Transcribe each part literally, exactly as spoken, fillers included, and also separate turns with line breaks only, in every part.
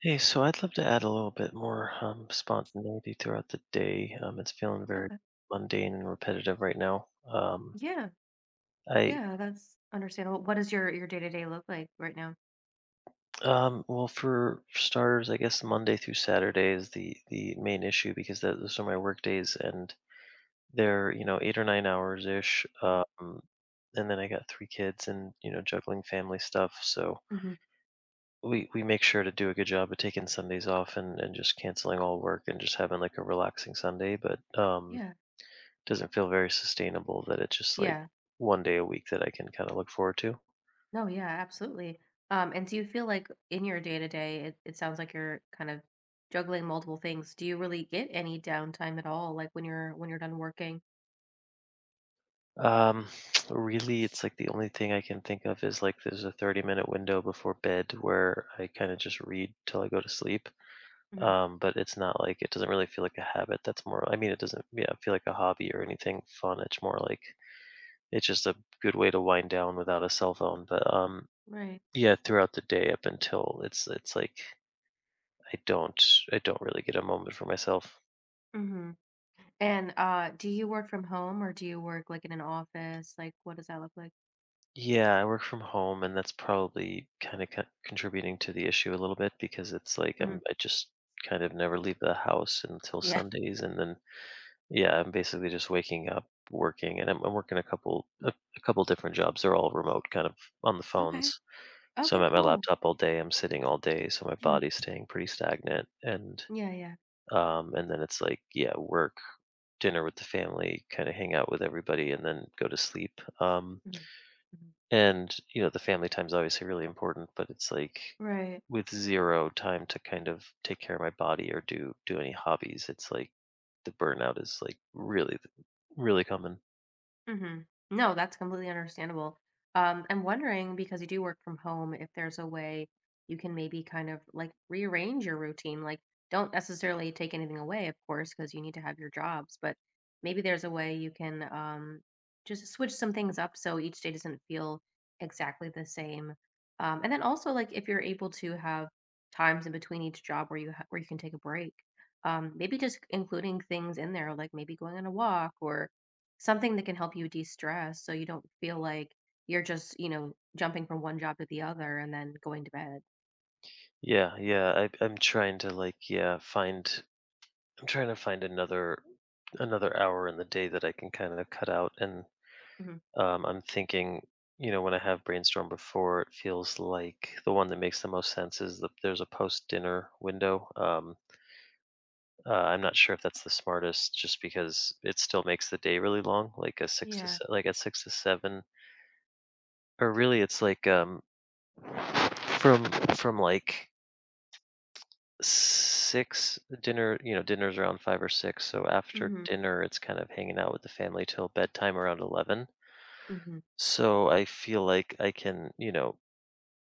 Hey, so I'd love to add a little bit more um, spontaneity throughout the day. Um, it's feeling very
Okay.
mundane and repetitive right now. Um,
Yeah.
I
Yeah, that's understandable. What does your your day-to-day look like right now?
um, Well, for starters, I guess Monday through Saturday is the the main issue because that, those are my work days, and they're you know eight or nine hours ish.
Mhm.
Um, and then I got three kids, and you know juggling family stuff. So
Mhm.
we we make sure to do a good job of taking Sundays off and and just canceling all work and just having like a relaxing Sunday. But um
Yeah.
doesn't feel very sustainable that it's just like
Yeah.
one day a week that I can kind of look forward to.
No, yeah, absolutely. Um, and do you feel like in your day-to-day, it, it sounds like you're kind of juggling multiple things. Do you really get any downtime at all, like when you're when you're done working?
Um, really, it's like the only thing I can think of is like there's a thirty minute window before bed where I kind of just read till I go to sleep.
Hmm.
Um, but it's not like it doesn't really feel like a habit. That's more, I mean, it doesn't, yeah, feel like a hobby or anything fun. It's more like it's just a good way to wind down without a cell phone. But um,
Right.
yeah, throughout the day up until it's it's like I don't. I don't really get a moment for myself.
Hmm. And uh, do you work from home or do you work like in an office? Like, what does that look like?
Yeah, I work from home, and that's probably kind of co- contributing to the issue a little bit because it's like
Hmm.
I'm. I just kind of never leave the house until
Yeah.
Sundays, and then yeah, I'm basically just waking up, working, and I'm, I'm working a couple a, a couple different jobs. They're all remote, kind of on the
Okay.
phones. So
Okay,
I'm at my
cool.
laptop all day. I'm sitting all day, so my
Mhm.
body's staying pretty stagnant, and
Yeah, yeah.
um, and then it's like yeah, work, dinner with the family, kind of hang out with everybody, and then go to sleep. Um,
Mhm. Mhm.
and you know, the family time's obviously really important, but it's like
Right.
with zero time to kind of take care of my body or do do any hobbies, it's like the burnout is like really really common.
Hmm. No, that's completely understandable. Um, I'm wondering because you do work from home, if there's a way you can maybe kind of like rearrange your routine. Like, don't necessarily take anything away, of course, because you need to have your jobs, but maybe there's a way you can um, just switch some things up so each day doesn't feel exactly the same. Um, and then also, like, if you're able to have times in between each job where you ha- where you can take a break, um, maybe just including things in there, like maybe going on a walk or something that can help you de-stress so you don't feel like you're just, you know, jumping from one job to the other and then going to bed.
Yeah, yeah. I, I'm trying to like yeah find. I'm trying to find another another hour in the day that I can kind of cut out and
Mhm.
Um, I'm thinking, you know, when I have brainstorm before, it feels like the one that makes the most sense is the, there's a post dinner window. Um, uh, I'm not sure if that's the smartest, just because it still makes the day really long, like a six to
Yeah.
se- like at six to seven, or really it's like um, from from like six dinner you know dinner's around five or six, so after
Mhm.
dinner it's kind of hanging out with the family till bedtime around eleven,
Mhm.
so I feel like I can you know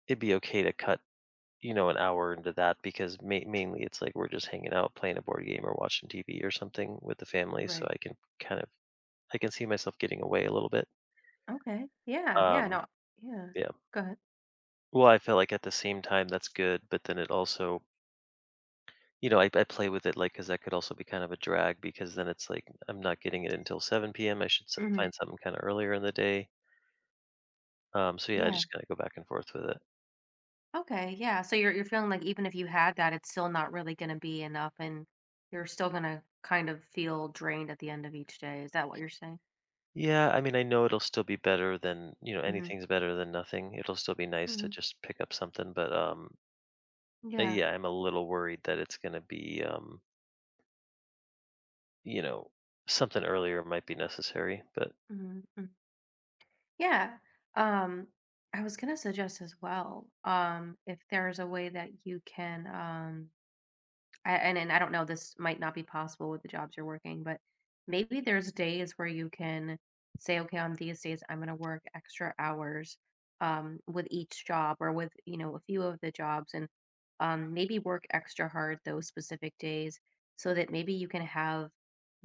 it'd be okay to cut you know, an hour into that because ma- mainly it's like we're just hanging out, playing a board game or watching T V or something with the family. So
Right.
I can kind of I can see myself getting away a little bit.
Okay. Yeah. Yeah.
Um,
No. Yeah.
yeah.
Go ahead.
Well, I feel like at the same time that's good, but then it also, you know, I, I play with it like because that could also be kind of a drag because then it's like I'm not getting it until seven p m. I should s-
Mhm.
find something kind of earlier in the day. Um, so yeah, I
Yeah.
just kind of go back and forth with it.
Okay, yeah. So you're you're feeling like even if you had that, it's still not really gonna be enough and you're still gonna kind of feel drained at the end of each day. Is that what you're saying?
Yeah, I mean, I know it'll still be better than, you know,
Mhm.
anything's better than nothing. It'll still be nice to
Mhm.
just pick up something, but um, Uh,
Yeah.
yeah, I'm a little worried that it's going to be, um, you know, something earlier might be necessary, but
Mhm. Yeah. Um, I was gonna suggest as well, um, if there's a way that you can, um, I and and I don't know, this might not be possible with the jobs you're working, but maybe there's days where you can say, okay, on these days, I'm going to work extra hours um, with each job or with, you know, a few of the jobs and um, maybe work extra hard those specific days so that maybe you can have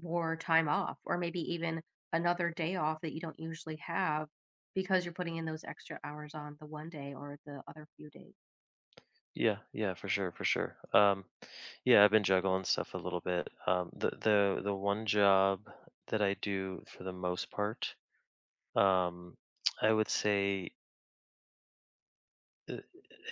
more time off or maybe even another day off that you don't usually have because you're putting in those extra hours on the one day or the other few days.
yeah, yeah, for sure, for sure. Um, yeah, I've been juggling stuff a little bit. Um, the the the one job that I do for the most part, um, I would say uh,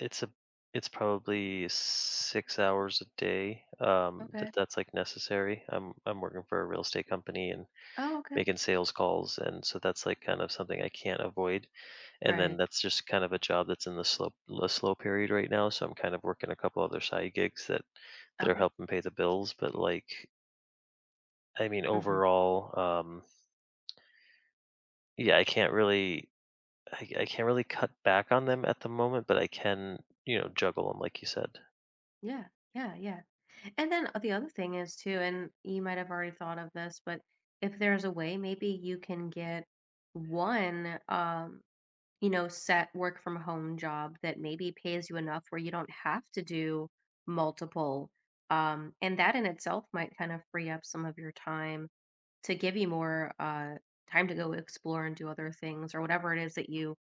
it's a it's probably six hours a day um,
Okay.
that that's like necessary. I'm I'm working for a real estate company and
Oh, okay.
making sales calls, and so that's like kind of something I can't avoid. And then
Right.
that's just kind of a job that's in the slow the slow period right now. So I'm kind of working a couple other side gigs that that are
Okay.
helping pay the bills. But like, I mean,
Hmm.
overall, um, yeah, I can't really I, I can't really cut back on them at the moment, but I can you know juggle them like you said.
Yeah, yeah, yeah. And then uh, the other thing is too, and you might have already thought of this, but if there's a way, maybe you can get one, um, you know, set work from home job that maybe pays you enough where you don't have to do multiple. Um, and that in itself might kind of free up some of your time to give you more uh, time to go explore and do other things or whatever it is that you,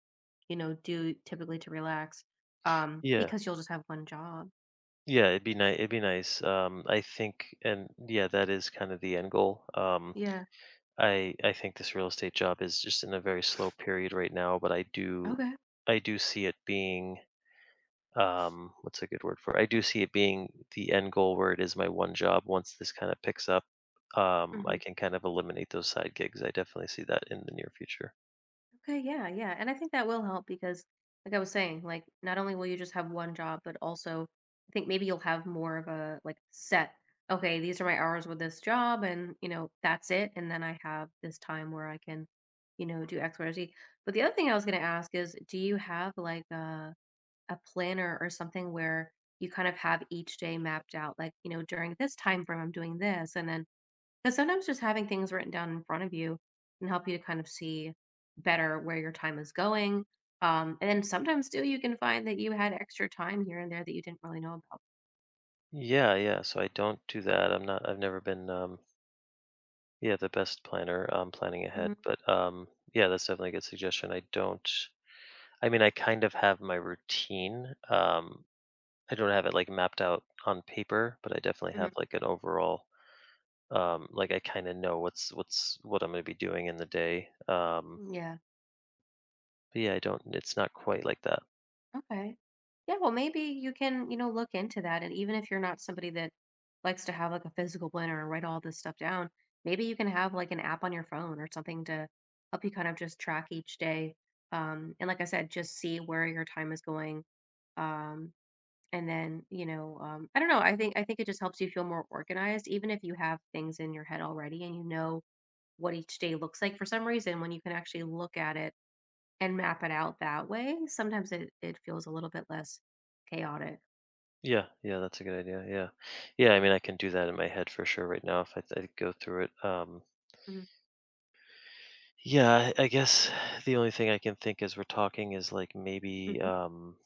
you know, do typically to relax, um,
Yeah.
because you'll just have one job.
Yeah, it'd be nice. It'd be nice. Um, I think, and yeah, that is kind of the end goal. Um,
Yeah.
I I think this real estate job is just in a very slow period right now, but I do
Okay.
I do see it being um what's a good word for it? I do see it being the end goal where it is my one job once this kind of picks up. Um I
Hmm.
can kind of eliminate those side gigs. I definitely see that in the near future.
Okay, yeah, yeah. And I think that will help because, like I was saying, like not only will you just have one job, but also I think maybe you'll have more of a like set, okay, these are my hours with this job and, you know, that's it. And then I have this time where I can, you know, do X, Y, or Z. But the other thing I was going to ask is, do you have like a, a planner or something where you kind of have each day mapped out, like, you know, during this time frame, I'm doing this. And then because sometimes just having things written down in front of you can help you to kind of see better where your time is going. Um, and then sometimes too, you can find that you had extra time here and there that you didn't really know about.
Yeah, yeah. So I don't do that. I'm not I've never been um yeah, the best planner um planning ahead,
Hmm.
but um yeah, that's definitely a good suggestion. I don't I mean I kind of have my routine. Um I don't have it like mapped out on paper, but I definitely
Hmm.
have like an overall um like I kind of know what's what's what I'm going to be doing in the day. Um
Yeah.
but yeah, I don't it's not quite like that.
Okay. Yeah. Well, maybe you can, you know, look into that. And even if you're not somebody that likes to have like a physical planner and write all this stuff down, maybe you can have like an app on your phone or something to help you kind of just track each day. Um, and like I said, just see where your time is going um and then you know um, I don't know, i think i think it just helps you feel more organized even if you have things in your head already and you know what each day looks like. For some reason, when you can actually look at it and map it out that way, sometimes it, it feels a little bit less chaotic.
Yeah, yeah, that's a good idea. Yeah. Yeah, I mean I can do that in my head for sure right now if I, I go through it. Um
Mm,
yeah, I, I guess the only thing I can think as we're talking is like maybe
mm-hmm.
um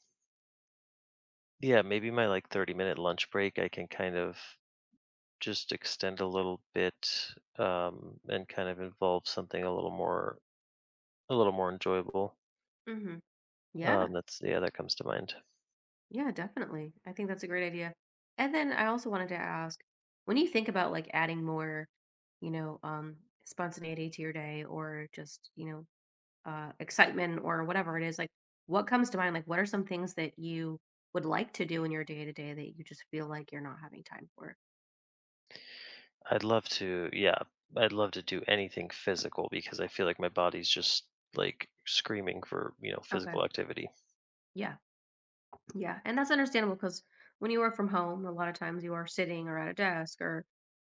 yeah, maybe my like thirty minute lunch break I can kind of just extend a little bit um, and kind of involve something a little more a little more enjoyable.
Hmm.
Um,
Yeah.
that's yeah, that comes to mind.
Yeah, definitely, I think that's a great idea. And then I also wanted to ask, when you think about like adding more, you know, um spontaneity to your day, or just, you know, uh, excitement or whatever it is, like what comes to mind? Like, what are some things that you would like to do in your day to day that you just feel like you're not having time for?
I'd love to, yeah, I'd love to do anything physical because I feel like my body's just like screaming for you know
Okay.
physical activity.
Yeah. Yeah, and that's understandable because when you work from home, a lot of times you are sitting or at a desk or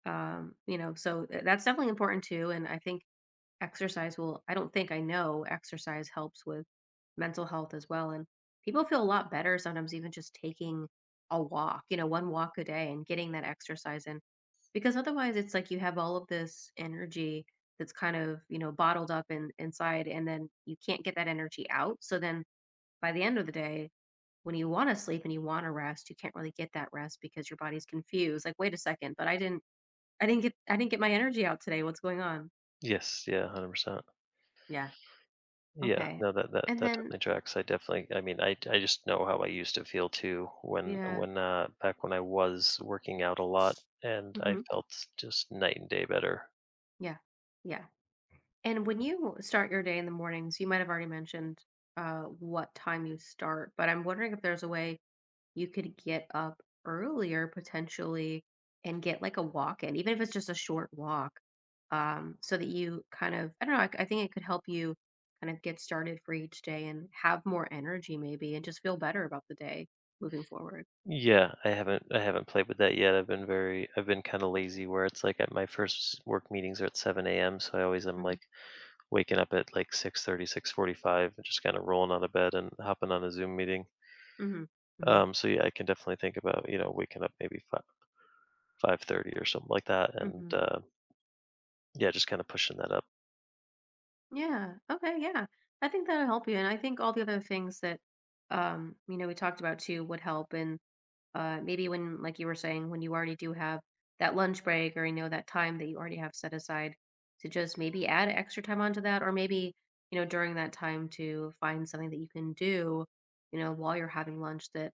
um, you know, so th- that's definitely important too. And I think exercise will, I don't think I know exercise helps with mental health as well, and people feel a lot better sometimes even just taking a walk, you know, one walk a day, and getting that exercise in, because otherwise it's like you have all of this energy that's kind of, you know, bottled up in inside, and then you can't get that energy out. So then by the end of the day, when you want to sleep and you want to rest, you can't really get that rest because your body's confused like, wait a second, but i didn't i didn't get i didn't get my energy out today. What's going on?
Yes, yeah, hundred percent.
Yeah.
Yeah,
Okay.
no, that that
And
that
then
definitely tracks. I definitely, I mean, I I just know how I used to feel too when
yeah.
when uh back when I was working out a lot and I
Hmm.
felt just night and day better.
Yeah. Yeah. And when you start your day in the mornings, you might have already mentioned uh what time you start, but I'm wondering if there's a way you could get up earlier potentially and get like a walk in, even if it's just a short walk, um, so that you kind of, I don't know, I, I think it could help you kind of get started for each day and have more energy maybe and just feel better about the day moving forward.
Yeah, I haven't I haven't played with that yet. I've been very I've been kind of lazy where it's like at my first work meetings are at seven a m. So I always am
Mm-hmm.
like waking up at like six thirty, six forty five, and just kind of rolling out of bed and hopping on a Zoom meeting.
Mm-hmm. Mm-hmm.
Um, so yeah, I can definitely think about, you know, waking up maybe five, five thirty or something like that and
Mm-hmm.
uh, yeah, just kind of pushing that up.
Yeah. Okay. Yeah. I think that'll help you. And I think all the other things that, um, you know, we talked about too would help. And uh, maybe when, like you were saying, when you already do have that lunch break or, you know, that time that you already have set aside, to just maybe add extra time onto that, or maybe, you know, during that time to find something that you can do, you know, while you're having lunch that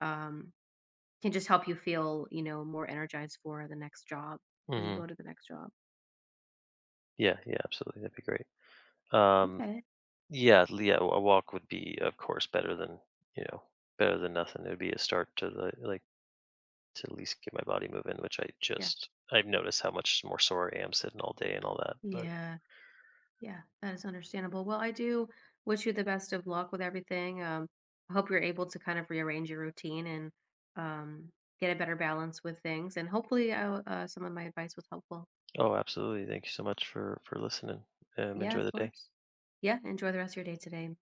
um, can just help you feel, you know, more energized for the next job when you go
Hmm.
to the next job.
Yeah, yeah, absolutely. That'd be great. Um,
Okay.
yeah, l- yeah, a walk would be of course better than, you know, better than nothing. It would be a start to the like to at least get my body moving, which I
Yeah.
just I've noticed how much more sore I am sitting all day and all that. But
Yeah. Yeah, that is understandable. Well, I do wish you the best of luck with everything. Um, I hope you're able to kind of rearrange your routine and um, get a better balance with things. And hopefully, I, w- uh, some of my advice was helpful.
oh, absolutely. Thank you so much for for listening. Um,
Yeah,
enjoy
of
the day.
course. Yeah, enjoy the rest of your day today.